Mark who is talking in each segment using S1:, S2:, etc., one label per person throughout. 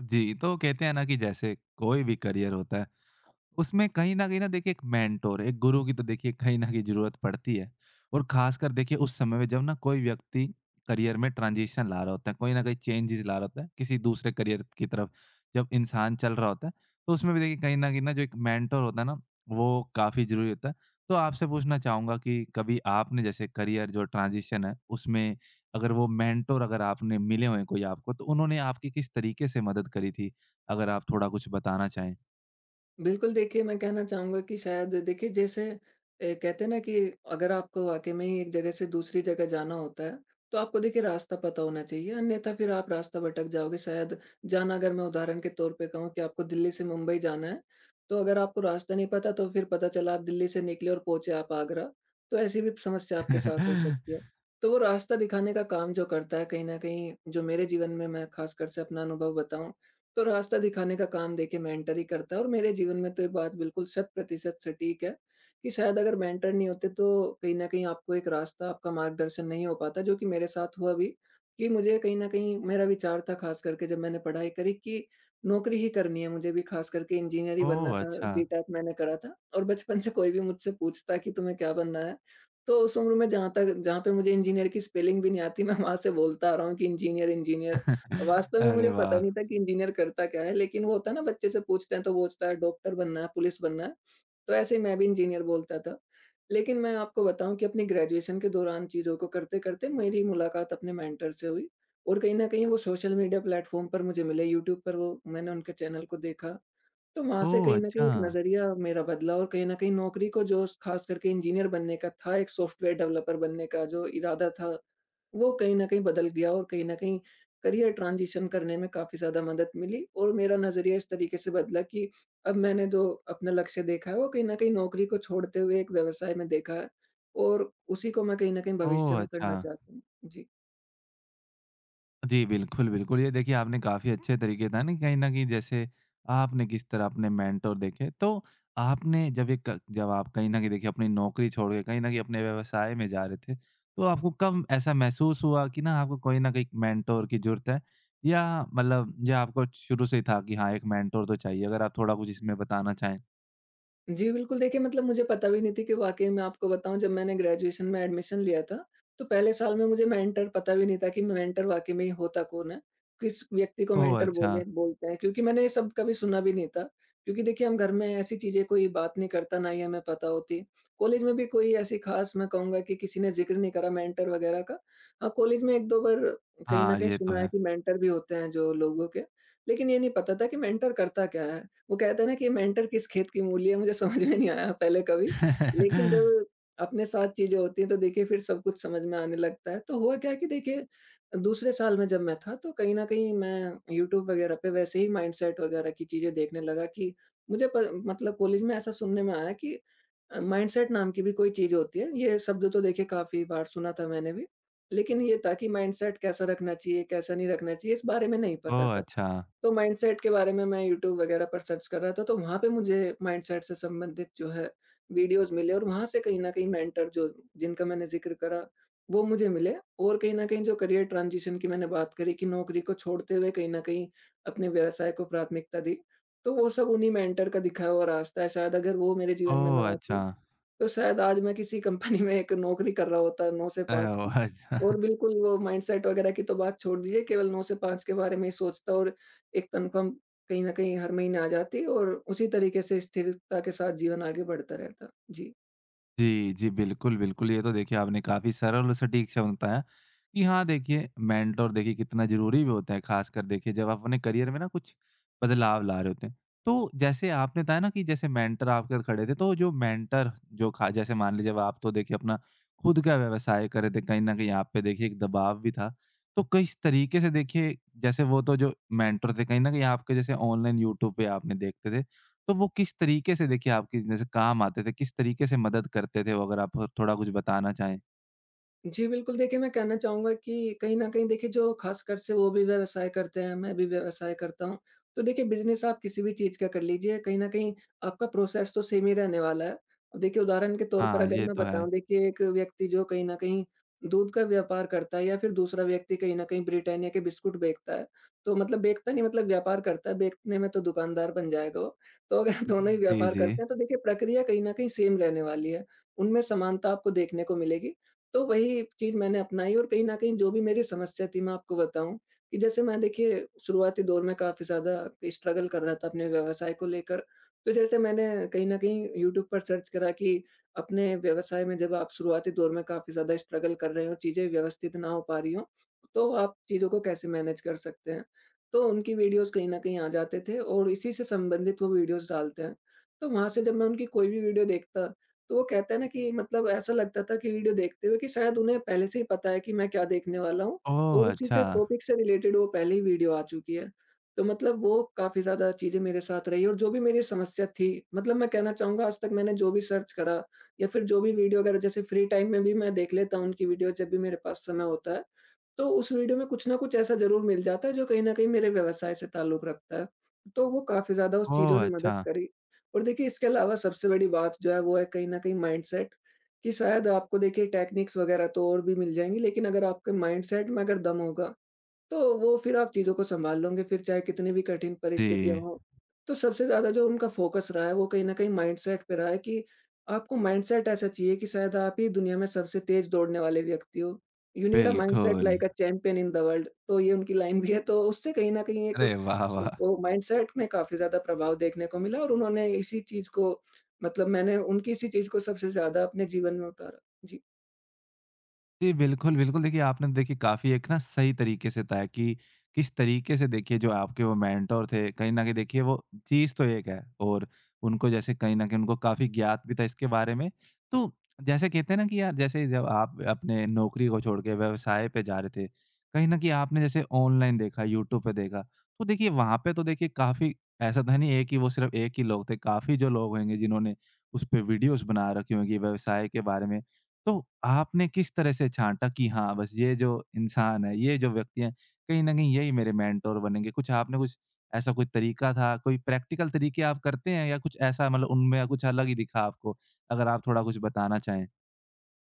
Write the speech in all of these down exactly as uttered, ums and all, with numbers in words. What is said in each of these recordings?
S1: जी, तो कहते हैं ना कि जैसे कोई भी करियर होता है, उसमें कहीं न कहीं ना देखिए एक मेंटर, एक गुरु की तो देखिए कहीं न कहीं ज़रूरत पड़ती है। और ख़ासकर देखिए उस समय में जब ना कोई व्यक्ति करियर में ट्रांज़िशन ला रहा होता है, कोई न कोई चेंजेज़ ला रहा होता है, किसी दूसरे करियर की तरफ जब इंसान चल रहा होता है, तो उसमें भी देखिए कहीं न कहीं ना जो एक मेंटर होता है ना, वो काफ़ी ज़रूरी होता है। तो आपसे पूछना चाहूँगा कि कभी आपने जैसे करियर जो ट्रांज़िशन है उसमें अगर वो मेंटर अगर आपने मिले हों कोई आपको, तो उन्होंने आपकी किस तरीके से मदद करी थी? अगर आप थोड़ा कुछ बताना चाहें?
S2: बिल्कुल, देखिए मैं कहना चाहूँगा कि शायद देखिए जैसे ए, कहते हैं ना कि अगर आपको वाक़ई में ही एक जगह से दूसरी जगह जाना होता है, तो आपको देखिए रास्ता पता होना चाहिए, अन्यथा फिर आप रास्ता भटक जाओगे शायद। जाना अगर मैं उदाहरण के तौर पे कहूँ कि आपको दिल्ली से मुंबई जाना है, तो अगर आपको रास्ता नहीं पता तो फिर पता चला आप दिल्ली से निकले और पहुँचे आप आगरा, तो ऐसी भी समस्या आपके साथ हो सकती है। तो वो रास्ता दिखाने का काम जो करता है कहीं न कहीं, जो मेरे जीवन में, मैं ख़ासकर से अपना अनुभव बताऊँ तो रास्ता दिखाने का काम देखिए मेंटर ही करता है, और मेरे जीवन में तो ये बात बिल्कुल शत प्रतिशत सटीक है कि शायद अगर मेंटर नहीं होते तो कहीं न कहीं आपको एक रास्ता, आपका मार्गदर्शन नहीं हो पाता, जो कि मेरे साथ हुआ भी कि मुझे कहीं न कहीं मेरा विचार था ख़ास करके जब मैंने पढ़ाई करी कि नौकरी ही करनी है मुझे भी, ख़ास करके इंजीनियर ही बनना
S1: ओह!
S2: था।
S1: अच्छा।
S2: बीटेक मैंने करा था और बचपन से कोई भी मुझसे पूछता कि तुम्हें क्या बनना है? तो उस उम्र में जहाँ तक जहाँ पे मुझे इंजीनियर की स्पेलिंग भी नहीं आती, मैं वहाँ से बोलता आ रहा हूँ कि इंजीनियर, इंजीनियर। वास्तव में
S1: अरे
S2: मुझे पता
S1: वाह!
S2: नहीं था कि इंजीनियर करता क्या है, लेकिन वो होता है ना, बच्चे से पूछते हैं तो वो बोलता है डॉक्टर बनना है, पुलिस बनना है, तो ऐसे ही मैं भी इंजीनियर बोलता था। लेकिन मैं आपको बताऊँ कि अपनी ग्रेजुएशन के दौरान चीज़ों को करते-करते मेरी मुलाकात अपने मेंटर से हुई, और कहीं न कहीं वो सोशल मीडिया प्लेटफ़ॉर्म पर मुझे मिले, यूट्यूब पर वो मैंने उनके चैनल को देखा, तो वहाँ से
S1: ओह!
S2: कहीं न कहीं
S1: अच्छा।
S2: एक नज़रिया मेरा बदला, और कहीं न कहीं नौकरी को जो ख़ास करके इंजीनियर बनने का था, एक सॉफ्टवेयर डेवलपर बनने का जो इरादा था, वो कहीं न कहीं बदल गया, और कहीं न कहीं करियर ट्रांज़िशन करने में काफ़ी ज़्यादा मदद मिली और मेरा नज़रिया इस तरीके से बदला कि अब मैंने जो अपना लक्ष्य देखा है, वो कहीं न कहीं नौकरी को छोड़ते हुए एक व्यवसाय में देखा है और उसी को मैं कहीं न कहीं भविष्य
S1: ओह!
S2: में
S1: अच्छा।
S2: करना चाहता हूँ। जी।
S1: जी, बिल्कुल, बिल्कुल। ये देखिए आपने काफ़ी अच्छे तरीके था ना कहीं न कहीं जैसे आपने किस तरह अपने मेंटर देखे। तो आपने जब ये क जब आप कहीं न कहीं देखिए अपनी नौकरी छोड़ के कहीं न कहीं अपने व्यवसाय में जा रहे थे, तो आपको कब ऐसा महसूस हुआ कि ना आपको कोई न कोई मेंटर की ज़रूरत है? या मतलब या आपको शुरू से ही था कि हाँ, एक मेंटर तो चाहिए? अगर आप थोड़ा कुछ इसमें बताना चाहें।
S2: जी, बिल्कुल देखिए, मतलब मुझे पता भी नहीं थी कि, वाक़ई में आपको बताऊँ, जब मैंने ग्रेजुएशन में एडमिशन लिया था, तो पहले साल में मुझे मेंटर पता भी नहीं था कि मेंटर वाक़ई में ही होता कौन है? किस व्यक्ति को
S1: ओह!
S2: मेंटर
S1: अच्छा।
S2: बोले बोलते हैं? क्योंकि मैंने ये शब्द कभी सुना भी नहीं था। क्योंकि देखिए हम घर में ऐसी चीज़ें कोई बात नहीं करता, ना ही हमें पता होती। कॉलेज में भी कोई ऐसी ख़ास, मैं कहूँगा कि किसी ने ज़िक्र नहीं करा मेंटर वग़ैरह का। हाँ, कॉलेज में एक दो बार कहीं न
S1: हाँ,
S2: कहीं
S1: ये तो
S2: सुना है
S1: है।
S2: कि मेंटर भी होते हैं जो लोगों के, लेकिन ये नहीं पता था कि मेंटर करता क्या है? वो कहते हैं ना कि मेंटर किस खेत की मूली है, मुझे समझ में नहीं आया पहले कभी। लेकिन जब अपने साथ चीज़ें होती हैं तो देखिए फिर सब कुछ समझ में आने लगता है। तो हुआ क्या है कि देखिए दूसरे साल में जब मैं था, तो कहीं न कहीं मैं यूट्यूब वगैरह पे वैसे ही माइंडसेट वगैरह की चीज़ें देखने लगा कि मुझे प मतलब कॉलेज में ऐसा सुनने में आया कि अ, माइंडसेट नाम की भी कोई चीज़ होती है। ये शब्द तो देखिए काफ़ी बार सुना था मैंने भी। लेकिन ये था कि माइंडसेट कैसा रखना चाहिए, कैसा नहीं रखना चाहिए, इस बारे में नहीं पता
S1: ओह!
S2: था।
S1: अच्छा।
S2: तो माइंडसेट के बारे में मैं यूट्यूब वगैरह पर सर्च कर रहा था, तो वहाँ पे मुझे माइंडसेट से संबंधित जो है वीडियोज़ मिले, और वहाँ से कहीं न कहीं मेंटर, जो जिनका मैंने ज़िक्र करा, वो मुझे मिले, और कहीं न कहीं जो करियर ट्रांज़िशन की मैंने बात करी, कि नौकरी को छोड़ते हुए कहीं न कहीं अपने व्यवसाय को प्राथमिकता दी, तो वो सब उन्हीं मेंटर का दिखाया हुआ रास्ता है। शायद अगर वो मेरे जीवन में
S1: ओह!
S2: ना
S1: अच्छा।
S2: होते, तो शायद आज मैं किसी कंपनी में एक नौकरी कर रहा होता नौ से
S1: अ,
S2: पाँच की,
S1: ओह! अच्छा।
S2: और बिल्कुल वो माइंडसेट वगैरह की तो बात छोड़ दीजिए, केवल नौ से पाँच के बारे में ही सोचता, और एक तनख्वाह कहीं न कहीं हर महीने आ जाती, और उसी तरीके से स्थिरता के साथ जीवन आगे बढ़ता रहता। जी।
S1: जी, जी। बिल्कुल, बिल्कुल। ये तो देखिए आपने काफ़ी सरल और सटीक शब्द बताया कि हाँ, देखिए मेंटर देखिए कितना ज़रूरी भी होता है, ख़ासकर देखिए जब आप अपने करियर में ना कुछ बदलाव ला रहे होते हैं। तो जैसे आपने बताया ना कि जैसे मेंटर आपके साथ खड़े थे, तो जो मेंटर जो खा जैसे मान लीजिए अब आप तो देखिए अपना खुद का व्यवसाय कर रहे थे, कहीं न कहीं आप पे देखिए एक दबाव भी था। तो किस तरीके से देखिए जैसे वो तो जो मेंटर थे, कहीं न कहीं आपके जैसे ऑनलाइन यूट्यूब पे आपने देखते थे। तो वो किस तरीके से देखिए आपके जैसे काम आते थे? किस तरीके से मदद करते थे वो अगर आप थोड़ा कुछ बताना चाहें?
S2: जी, बिल्कुल देखिए, मैं कहना चाहूँगा कि कहीं न कहीं देखिए जो ख़ासकर से वो भी व्यवसाय करते हैं, मैं भी व्यवसाय करता हूँ। तो देखिए बिज़नेस आप किसी भी चीज़ का कर लीजिए, कहीं न कहीं आपका प्रोसेस तो सेम ही रहने वाला है। अब देखिए उदाहरण के तौर पर
S1: हाँ,
S2: अगर
S1: ये
S2: मैं
S1: तो है।
S2: बताऊँ, देखिए एक व्यक्ति जो कहीं न कहीं दूध का व्यापार करता है, या फिर दूसरा व्यक्ति कहीं न कहीं ब्रिटानिया के बिस्कुट बेचता है। तो मतलब बेचता नहीं, मतलब व्यापार करता है, बेचने में तो दुकानदार बन जाएगा वो। तो अगर दोनों ही
S1: जी,
S2: व्यापार
S1: जी।
S2: करते हैं तो देखिए प्रक्रिया कहीं न कहीं सेम रहने वाली है। उनमें समानता आपको देखने को मिलेगी। तो वही चीज़ मैंने अपनाई, और कहीं न कहीं जो भी मेरी समस्या थी, मैं आपको बताऊँ, कि जैसे मैं देखिए शुरुआती दौर में काफ़ी ज़्यादा स्ट्रगल कर रहा था अपने व्यवसाय को लेकर। तो जैसे मैंने कहीं न कहीं यूट्यूब पर सर्च करा कि अपने व्यवसाय में जब आप शुरुआती दौर में काफ़ी ज़्यादा स्ट्रगल कर रहे हो, चीज़ें व्यवस्थित ना हो पा रही हो, तो आप चीज़ों को कैसे मैनेज कर सकते हैं। तो उनकी वीडियोज़ कहीं न कहीं आ जाते थे, और इसी से संबंधित वो वीडियोज़ डालते हैं। तो वहाँ से जब मैं उनकी कोई भी वीडियो देखता, तो वो कहते हैं ना, कि मतलब ऐसा लगता था कि वीडियो देखते हुए कि शायद उन्हें पहले से ही पता है कि मैं क्या देखने वाला हूँ,
S1: ओह!
S2: और उसी
S1: अच्छा।
S2: से टॉपिक से रिलेटेड वो पहले ही वीडियो आ चुकी है। तो मतलब वो काफ़ी ज़्यादा चीज़ें मेरे साथ रही, और जो भी मेरी समस्या थी, मतलब मैं कहना चाहूँगा आज तक मैंने जो भी सर्च करा, या फिर जो भी वीडियो अगर जैसे फ्री टाइम में भी मैं देख लेता हूँ उनकी वीडियो जब भी मेरे पास समय होता है, तो उस वीडियो में कुछ ना कुछ ऐसा ज़रूर मिल जाता है जो कहीं न कहीं मेरे व्यवसाय से ताल्लुक़ रखता है। तो वो काफ़ी ज़्यादा उस चीज़ों
S1: ओह!
S2: ने मदद
S1: अच्छा।
S2: करी। और देखिए इसके अलावा सबसे बड़ी बात जो है, वो है कहीं न कहीं माइंडसेट, कि शायद आपको देखिए टेक्निक्स वगैरह तो और भी मिल जाएँगी, लेकिन अगर आपके माइंडसेट में अगर दम होगा, तो वो फिर आप चीज़ों को सँभाल लोगे, फिर चाहे कितनी भी कठिन परिस्थितियाँ
S1: जी,
S2: हों। तो सबसे ज़्यादा जो उनका फ़ोकस रहा है, वो कहीं न कहीं माइंडसेट पे रहा है, कि आपको माइंडसेट ऐसा चाहिए कि शायद आप ही दुनिया में सबसे तेज़ दौड़ने वाले व्यक्ति हो। यू नीड अ माइंडसेट
S1: बिल्कुल।
S2: Like a champion in the world. तो ये उनकी लाइन भी है, तो उससे कहीं न कहीं एक,
S1: अरे वाह, वाह!
S2: वो माइंडसेट में काफ़ी ज़्यादा प्रभाव देखने को मिला, और उन्होंने इसी चीज़ को, मतलब मैंने उनकी इसी चीज़ को सबसे ज़्यादा अपने जीवन में उतारा। जी।
S1: जी, बिल्कुल, बिल्कुल। देखिए, आपने तो देखिए काफ़ी एक ना सही तरीके से बताया कि किस तरीके से देखिए जो आपके वो मेंटर थे, कहीं न कहीं देखिए वो चीज़ तो एक है और उनको जैसे कहीं न कहीं उनको काफ़ी ज्ञात भी था इसके बारे में। तो जैसे कहते हैं ना कि यार जैसे जब आप अपने नौकरी को छोड़ के व्यवसाय पे जा रहे थे, कहीं न कहीं आपने जैसे ऑनलाइन देखा, यूट्यूब पे देखा, तो देखिए वहाँ पे तो देखिए काफ़ी ऐसा था नहीं एक ही वो सिर्फ़ एक ही लोग थे, काफ़ी जो लोग होंगे जिन्होंने उस पे वीडियोज़ बना रखी होंगी व्यवसाय के बारे में। तो आपने किस तरह से छाँटा कि हाँ, बस ये जो इंसान है, ये जो व्यक्ति हैं, कहीं न कहीं यही मेरे मेंटर बनेंगे? कुछ आपने कुछ ऐसा कोई तरीका था, कोई प्रैक्टिकल तरीके आप करते हैं या कुछ ऐसा मतलब उनमें कुछ अलग ही दिखा आपको? अगर आप थोड़ा कुछ बताना चाहें।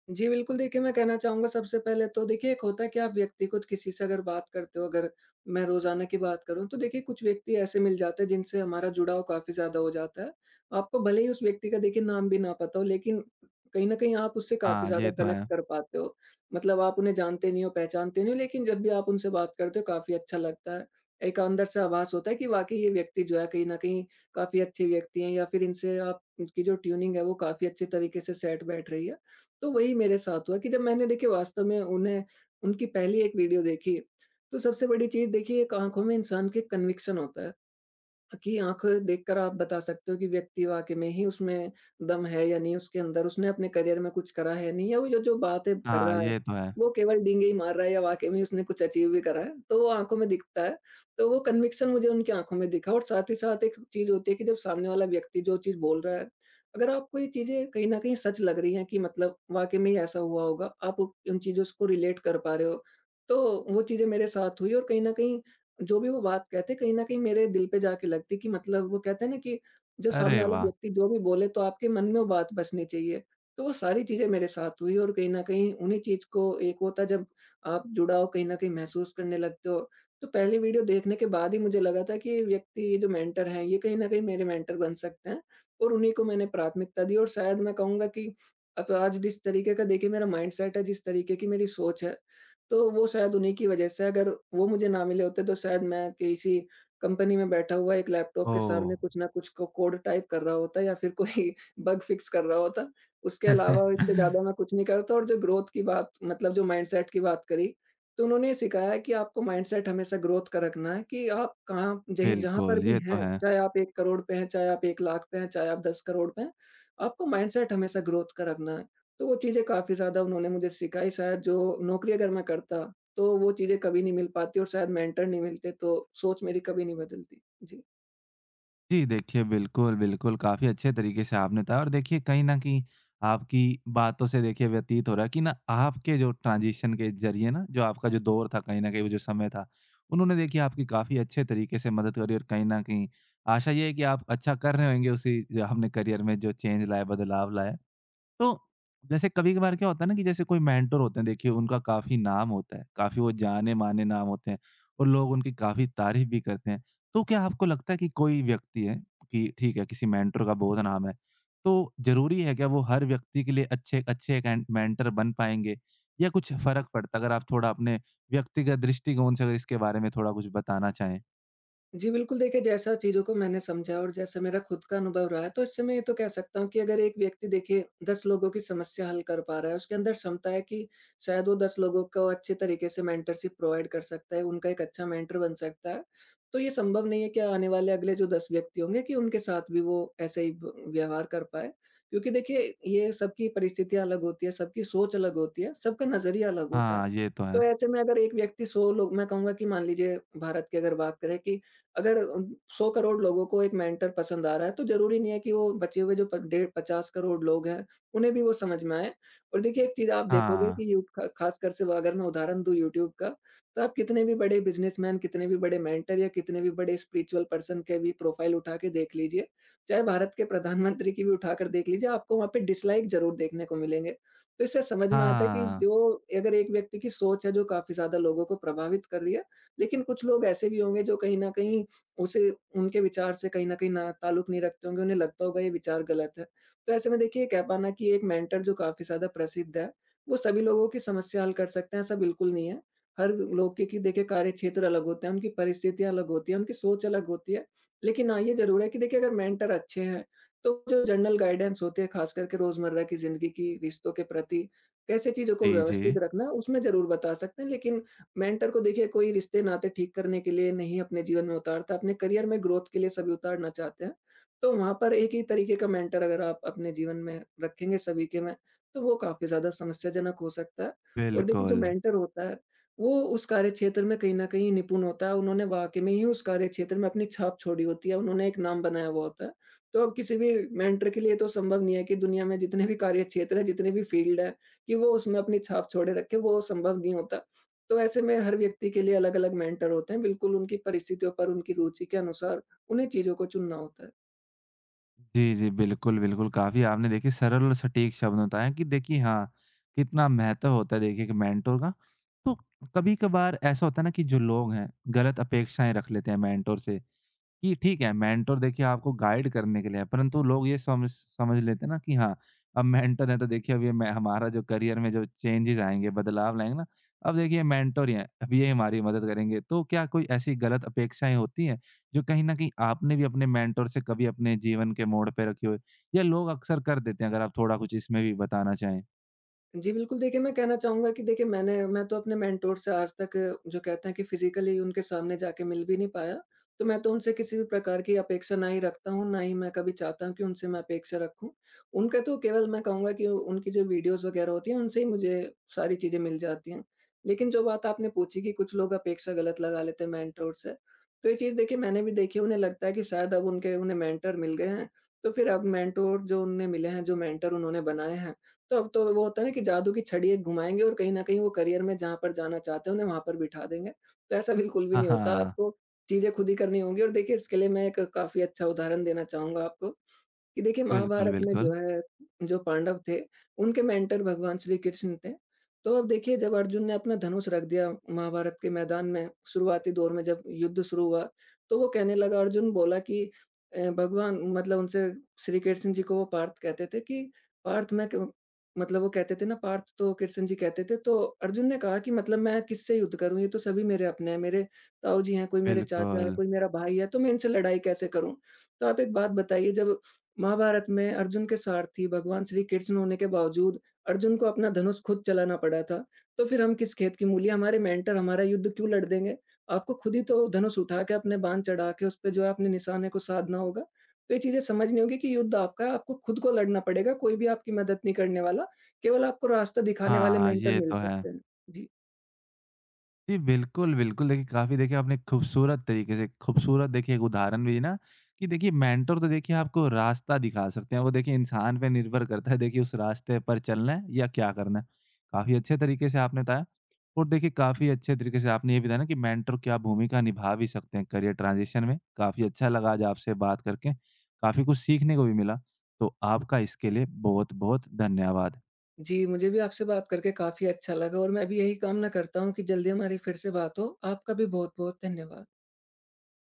S2: जी, बिल्कुल देखिए, मैं कहना चाहूँगा सबसे पहले तो देखिए एक होता है कि आप व्यक्तिगत किसी से अगर बात करते हो, अगर मैं रोज़ाना की बात करूँ, तो देखिए कुछ व्यक्ति ऐसे मिल जाते हैं जिनसे हमारा जुड़ाव काफ़ी ज़्यादा हो जाता है। आपको भले ही उस व्यक्ति का देखिए नाम भी ना पता हो, लेकिन कहीं न कहीं आप उससे काफ़ी
S1: हाँ,
S2: ज़्यादा
S1: ये तो
S2: कनेक्ट
S1: है।
S2: कर पाते हो। मतलब आप उन्हें जानते नहीं हो, पहचानते नहीं हो, लेकिन जब भी आप उनसे बात करते हो काफ़ी अच्छा लगता है। एक अंदर से आभास होता है कि वाक़ई ये व्यक्ति जो है कहीं न कहीं काफ़ी अच्छे व्यक्ति हैं, या फिर इनसे आपकी जो ट्यूनिंग है वो काफ़ी अच्छे तरीके से सेट बैठ रही है। तो वही मेरे साथ हुआ कि जब मैंने देखिए वास्तव में उन्हें, उनकी पहली एक वीडियो देखी, तो सबसे बड़ी चीज़ देखिए, एक आँखों में इंसान के कन्विक्शन होता है। की आँखें देखकर आप बता सकते हो कि व्यक्ति वाक़ई में ही उसमें दम है या नहीं उसके अंदर, उसने अपने करियर में कुछ करा है या नहीं, या वो जो जो बातें कर
S1: हाँ,
S2: रहा है,
S1: ये तो है।
S2: वो केवल डींगे ही मार रहा है या वाक़ई में उसने कुछ अचीव भी करा है, तो वो आँखों में दिखता है। तो वो कन्विक्शन मुझे उनकी आँखों में दिखा, और साथ ही साथ एक चीज़ होती है कि जब सामने वाला व्यक्ति जो चीज़ बोल रहा है, अगर आपको ये चीज़ें कहीं न कहीं सच लग रही हैं कि मतलब वाक़ई में ही ऐसा हुआ होगा, आप उन चीज़ों को रिलेट कर पा रहे हो, तो वो चीज़ें मेरे साथ हुई, और कहीं न कहीं जो भी वो बात कहते कहीं न कहीं मेरे दिल पे जाके लगती कि मतलब वो कहते हैं ना कि जो सामने
S1: अरे
S2: वाला
S1: वाह!
S2: व्यक्ति जो भी बोले तो आपके मन में वो बात बसनी चाहिए। तो वो सारी चीज़ें मेरे साथ हुई और कहीं न कहीं उन्हीं चीज़ को एक होता है जब आप जुड़ाव कहीं न कहीं महसूस करने लगते हो। तो पहली वीडियो देखने के बाद ही मुझे लगा था कि ये व्यक्ति, ये जो मेंटर हैं, ये कहीं न कहीं मेरे मेंटर बन सकते हैं, और उन्हीं को मैंने प्राथमिकता दी। और शायद मैं कहूँगा कि अब आज जिस तरीके का देखिए मेरा माइंडसेट है, जिस तरीके की मेरी सोच है, तो वो शायद उन्हीं की वजह से। अगर वो मुझे ना मिले होते, तो शायद मैं किसी कंपनी में बैठा हुआ एक लैपटॉप के
S1: ओह!
S2: सामने कुछ ना कुछ को कोड टाइप कर रहा होता, या फिर कोई बग फिक्स कर रहा होता। उसके अलावा इससे ज़्यादा मैं कुछ नहीं करता। और जो ग्रोथ की बात, मतलब जो माइंडसेट की बात करी, तो उन्होंने ये सिखाया है कि आपको माइंडसेट हमेशा ग्रोथ का रखना है। कि आप कहाँ जहीं जहाँ पर
S1: बिल्कुल,
S2: भी
S1: ये तो
S2: हैं,
S1: है।
S2: चाहे आप एक करोड़ पे हैं, चाहे आप एक लाख पे हैं, चाहे आप दस करोड़ पे हैं, आपको माइंडसेट हमेशा ग्रोथ का रखना है। तो वो चीज़ें काफ़ी ज़्यादा उन्होंने मुझे सिखाई। शायद जो नौकरी अगर मैं करता, तो वो चीज़ें कभी नहीं मिल पाती, और शायद मेंटर नहीं मिलते, तो सोच मेरी कभी नहीं बदलती। जी।
S1: जी, देखिए बिल्कुल, बिल्कुल, काफ़ी अच्छे तरीके से आपने बताया और देखिए कहीं न कहीं आपकी बातों से देखिए व्यतीत हो रहा है कि ना आपके जो ट्रांज़िशन के ज़रिए ना जो आपका जो दौर था कहीं न कहीं वो जो समय था, उन्होंने देखिए आपकी काफ़ी अच्छे तरीके से मदद करी और कहीं न कहीं आशा ये है कि आप अच्छा कर रहे होंगे उसी जो आपने करियर में जो चेंज लाया, बदलाव लाया। तो जैसे कभी-कभार क्या होता है ना कि जैसे कोई मेंटर होते हैं देखिए उनका काफ़ी नाम होता है, काफ़ी वो जाने-माने नाम होते हैं और लोग उनकी काफ़ी तारीफ़ भी करते हैं। तो क्या आपको लगता है कि कोई व्यक्ति है कि ठीक है किसी मेंटर का बहुत नाम है, तो ज़रूरी है क्या वो हर व्यक्ति के लिए अच्छे अच्छे एक एंड मेंटर बन पाएँगे या कुछ फ़र्क पड़ता है? अगर आप थोड़ा अपने व्यक्तिगत दृष्टिकोण से अगर इसके बारे में थोड़ा कुछ बताना चाहें?
S2: जी, बिल्कुल। देखिए, जैसा चीज़ों को मैंने समझा और जैसा मेरा खुद का अनुभव रहा है, तो इससे मैं ये तो कह सकता हूँ कि अगर एक व्यक्ति देखिए दस लोगों की समस्या हल कर पा रहा है, उसके अंदर क्षमता है कि शायद वो दस लोगों को अच्छे तरीके से मेंटरशिप प्रोवाइड कर सकता है, उनका एक अच्छा मेंटर बन सकता है। तो ये संभव नहीं है कि आने वाले अगले जो दस व्यक्ति होंगे, कि उनके साथ भी वो ऐसे ही ब व्यवहार कर पाए। क्योंकि देखिए, ये सबकी परिस्थितियाँ अलग होती है, सबकी सोच अलग होती है, सबका नज़रिया अलग होता है।
S1: हाँ, ये तो
S2: तो
S1: है।
S2: ऐसे में अगर एक व्यक्ति सौ लोग, मैं कहूँगा कि मान लीजिए भारत की अगर बात करें कि अगर उम, सौ करोड़ लोगों को एक मेंटर पसंद आ रहा है, तो ज़रूरी नहीं है कि वो बचे हुए जो प डेढ़ पचास करोड़ लोग हैं, उन्हें भी वो समझ में आए। और देखिए, एक चीज़ आप देखोगे
S1: हाँ।
S2: कि यू ख खासकर से वो, अगर मैं उदाहरण दूँ यूट्यूब का, तो आप कितने भी बड़े बिज़नेसमैन, कितने भी बड़े मेंटर, या कितने भी बड़े स्पिरिचुअल पर्सन के भी प्रोफाइल उठा के देख लीजिए, चाहे भारत के प्रधानमंत्री की भी उठाकर देख लीजिए, आपको वहाँ पे डिसलाइक ज़रूर देखने को मिलेंगे। तो इससे समझ में आता है कि
S1: हाँ।
S2: जो, अगर एक व्यक्ति की सोच है जो काफ़ी ज़्यादा लोगों को प्रभावित कर रही है, लेकिन कुछ लोग ऐसे भी होंगे जो कहीं न कहीं उसे, उनके विचार से कहीं न कहीं ना ताल्लुक नहीं रखते होंगे, उन्हें लगता होगा ये विचार गलत है। तो ऐसे में देखिए, कह पाना कि एक मेंटर जो काफ़ी ज़्यादा प्रसिद्ध है, वो सभी लोगों की समस्या हल कर सकते हैं, ऐसा बिल्कुल नहीं है। हर लोग के, कि देखिए, कार्य क्षेत्र अलग होते हैं, उनकी परिस्थितियाँ अलग होती हैं, उनकी सोच अलग होती है। लेकिन हाँ, ये ज़रूर है कि देखिए, अगर मेंटर अच्छे हैं, तो जो जनरल गाइडेंस होती है ख़ास करके रोज़मर्रा की ज़िंदगी की, रिश्तों के प्रति, कैसे चीज़ों को
S1: जी, जी।
S2: व्यवस्थित रखना है, उसमें ज़रूर बता सकते हैं। लेकिन मेंटर को देखिए, कोई रिश्ते नाते ठीक करने के लिए नहीं अपने जीवन में उतारता, अपने करियर में ग्रोथ के लिए सभी उतारना चाहते हैं। तो वहाँ पर एक ही तरीके का मेंटर अगर आप अपने जीवन में रखेंगे सभी के में, तो वो काफ़ी ज़्यादा समस्याजनक हो सकता है। और देखिए, जो
S1: बिल्कुल।
S2: मेंटर होता है, वो उस कार्यक्षेत्र में कहीं न कहीं निपुण होता है, उन्होंने वाक़ई में ही उस कार्यक्षेत्र में अपनी छाप छोड़ी होती है, उन्होंने एक नाम बनाया हुआ होता है। तो अब किसी भी मेंटर के लिए तो संभव नहीं है कि दुनिया में जितने भी कार्यक्षेत्र हैं, जितने भी फील्ड हैं, कि वो उसमें अपनी छाप छोड़े रखे, वो संभव नहीं होता। तो ऐसे में हर व्यक्ति के लिए अलग-अलग मेंटर होते हैं। बिल्कुल उनकी परिस्थितियों पर, उनकी रुचि के अनुसार उन्हें चीज़ों को चुनना होता है।
S1: जी, जी। बिल्कुल, बिल्कुल। काफ़ी आपने देखिए सरल और सटीक शब्द में बताया कि देखिए हाँ, कितना महत्व होता है देखिए एक मेंटर का। तो कभी-कभार ऐसा होता है ना कि जो लोग हैं, गलत अपेक्षाएँ रख लेते हैं मेंटर से। कि ठीक है मेंटर देखिए आपको गाइड करने के लिए है, परंतु लोग ये समझ समझ लेते हैं ना कि हाँ अब मेंटर है तो देखिए अब ये मैं हमारा जो करियर में जो चेंजेस आएंगे बदलाव लाएंगे ना अब देखिए मेंटर ही हैं अब ये हमारी मदद करेंगे तो क्या कोई ऐसी गलत अपेक्षाएं होती हैं जो कहीं ना कहीं आपने भी अपने मेंटर से कभी अपने जीवन के मोड़ पे रखी हो या लोग अक्सर कर देते हैं अगर आप थोड़ा कुछ इसमें भी बताना चाहें।
S2: जी, बिल्कुल। देखिए, मैं कहना चाहूँगा कि देखिए, मैंने मैं तो अपने मेंटोर से आज तक, जो कहते हैं कि फ़िज़िकली उनके सामने जाके मिल भी नहीं पाया। तो मैं तो उनसे किसी भी प्रकार की अपेक्षा ना ही रखता हूँ, ना ही मैं कभी चाहता हूँ कि उनसे मैं अपेक्षा रखूँ। उनका तो केवल मैं कहूँगा कि उनकी जो वीडियोज़ वग़ैरह होती हैं, उनसे ही मुझे सारी चीज़ें मिल जाती हैं। लेकिन जो बात आपने पूछी कि कुछ लोग अपेक्षा गलत लगा लेते हैं मेंटोर से, तो ये चीज़ देखिए, मैंने भी देखी। उन्हें लगता है कि शायद अब उनके उन्हें मेंटर मिल गए हैं, तो फिर अब मेंटोर जो उन्हें मिले हैं, जो मेंटर उन्होंने बनाए हैं, तो अब तो वो होता है ना कि जादू की छड़ी एक घुमाएँगे और कहीं न कहीं वो करियर में जहाँ पर जाना चाहते हैं, उन्हें वहाँ पर बिठा देंगे। तो ऐसा बिल्कुल भी
S1: हाँ,
S2: नहीं होता।
S1: हाँ।
S2: आपको चीज़ें खुद ही करनी होंगी। और देखिए, इसके लिए मैं एक काफ़ी अच्छा उदाहरण देना चाहूँगा आपको। कि देखिए,
S1: बिल्कुल,
S2: महाभारत में जो
S1: बिल्कुल।
S2: है, जो पांडव थे, उनके मेंटर भगवान श्री कृष्ण थे। तो अब देखिए, जब अर्जुन ने अपना धनुष रख दिया महाभारत के मैदान में शुरुआती दौर में जब युद्ध शुरू हुआ, तो वो कहने लगा, अर्जुन बोला कि अ, भगवान, मतलब उनसे, श्री कृष्ण जी को वो पार्थ कहते थे कि पार्थ, मैं क मतलब वो कहते थे ना पार्थ, तो कृष्ण जी कहते थे, तो अर्जुन ने कहा कि मतलब मैं किससे युद्ध करूँ? ये तो सभी मेरे अपने हैं, मेरे ताऊ जी हैं, कोई मेरे चाचा है,
S1: बिल्कुल।
S2: कोई मेरा भाई है, तो मैं इनसे लड़ाई कैसे करूँ? तो आप एक बात बताइए, जब महाभारत में अर्जुन के सारथी भगवान श्री कृष्ण होने के बावजूद अर्जुन को अपना धनुष खुद चलाना पड़ा था, तो फिर हम किस खेत की मूली, हमारे मेंटर हमारा युद्ध क्यों लड़ देंगे? आपको खुद ही तो धनुष उठा के अपने बाँध चढ़ा के उसपे जो है अपने निशाने को साधना होगा। तो ये चीज़ें समझनी होगी कि युद्ध आपका है, आपको खुद को लड़ना पड़ेगा, कोई भी आपकी मदद नहीं करने वाला, केवल आपको रास्ता दिखाने वाले
S1: हाँ,
S2: मेंटर
S1: ये
S2: मिल
S1: तो है।
S2: सकते हैं। जी।
S1: जी, बिल्कुल, बिल्कुल। देखिए, काफ़ी देखिए आपने खूबसूरत तरीके से खूबसूरत देखिए एक उदाहरण भी ना कि देखिए मेंटर तो देखिए आपको रास्ता दिखा सकते हैं। वो देखिए इंसान पे निर्भर करता है देखिए उस रास्ते पर चलना है या क्या करना है। काफ़ी अच्छे तरीके से आपने बताया और देखिए काफ़ी अच्छे तरीके से आपने ये बताया ना कि मेंटर क्या भूमिका निभा भी सकते हैं करियर ट्रांजिशन में। काफ़ी अच्छा लगा आज आपसे बात करके, काफ़ी कुछ सीखने को भी मिला। तो आपका इसके लिए बहुत-बहुत धन्यवाद।
S2: जी, मुझे भी आपसे बात करके काफ़ी अच्छा लगा, और मैं भी यही कामना करता हूँ कि जल्दी हमारी फिर से बात हो। आपका भी बहुत-बहुत धन्यवाद।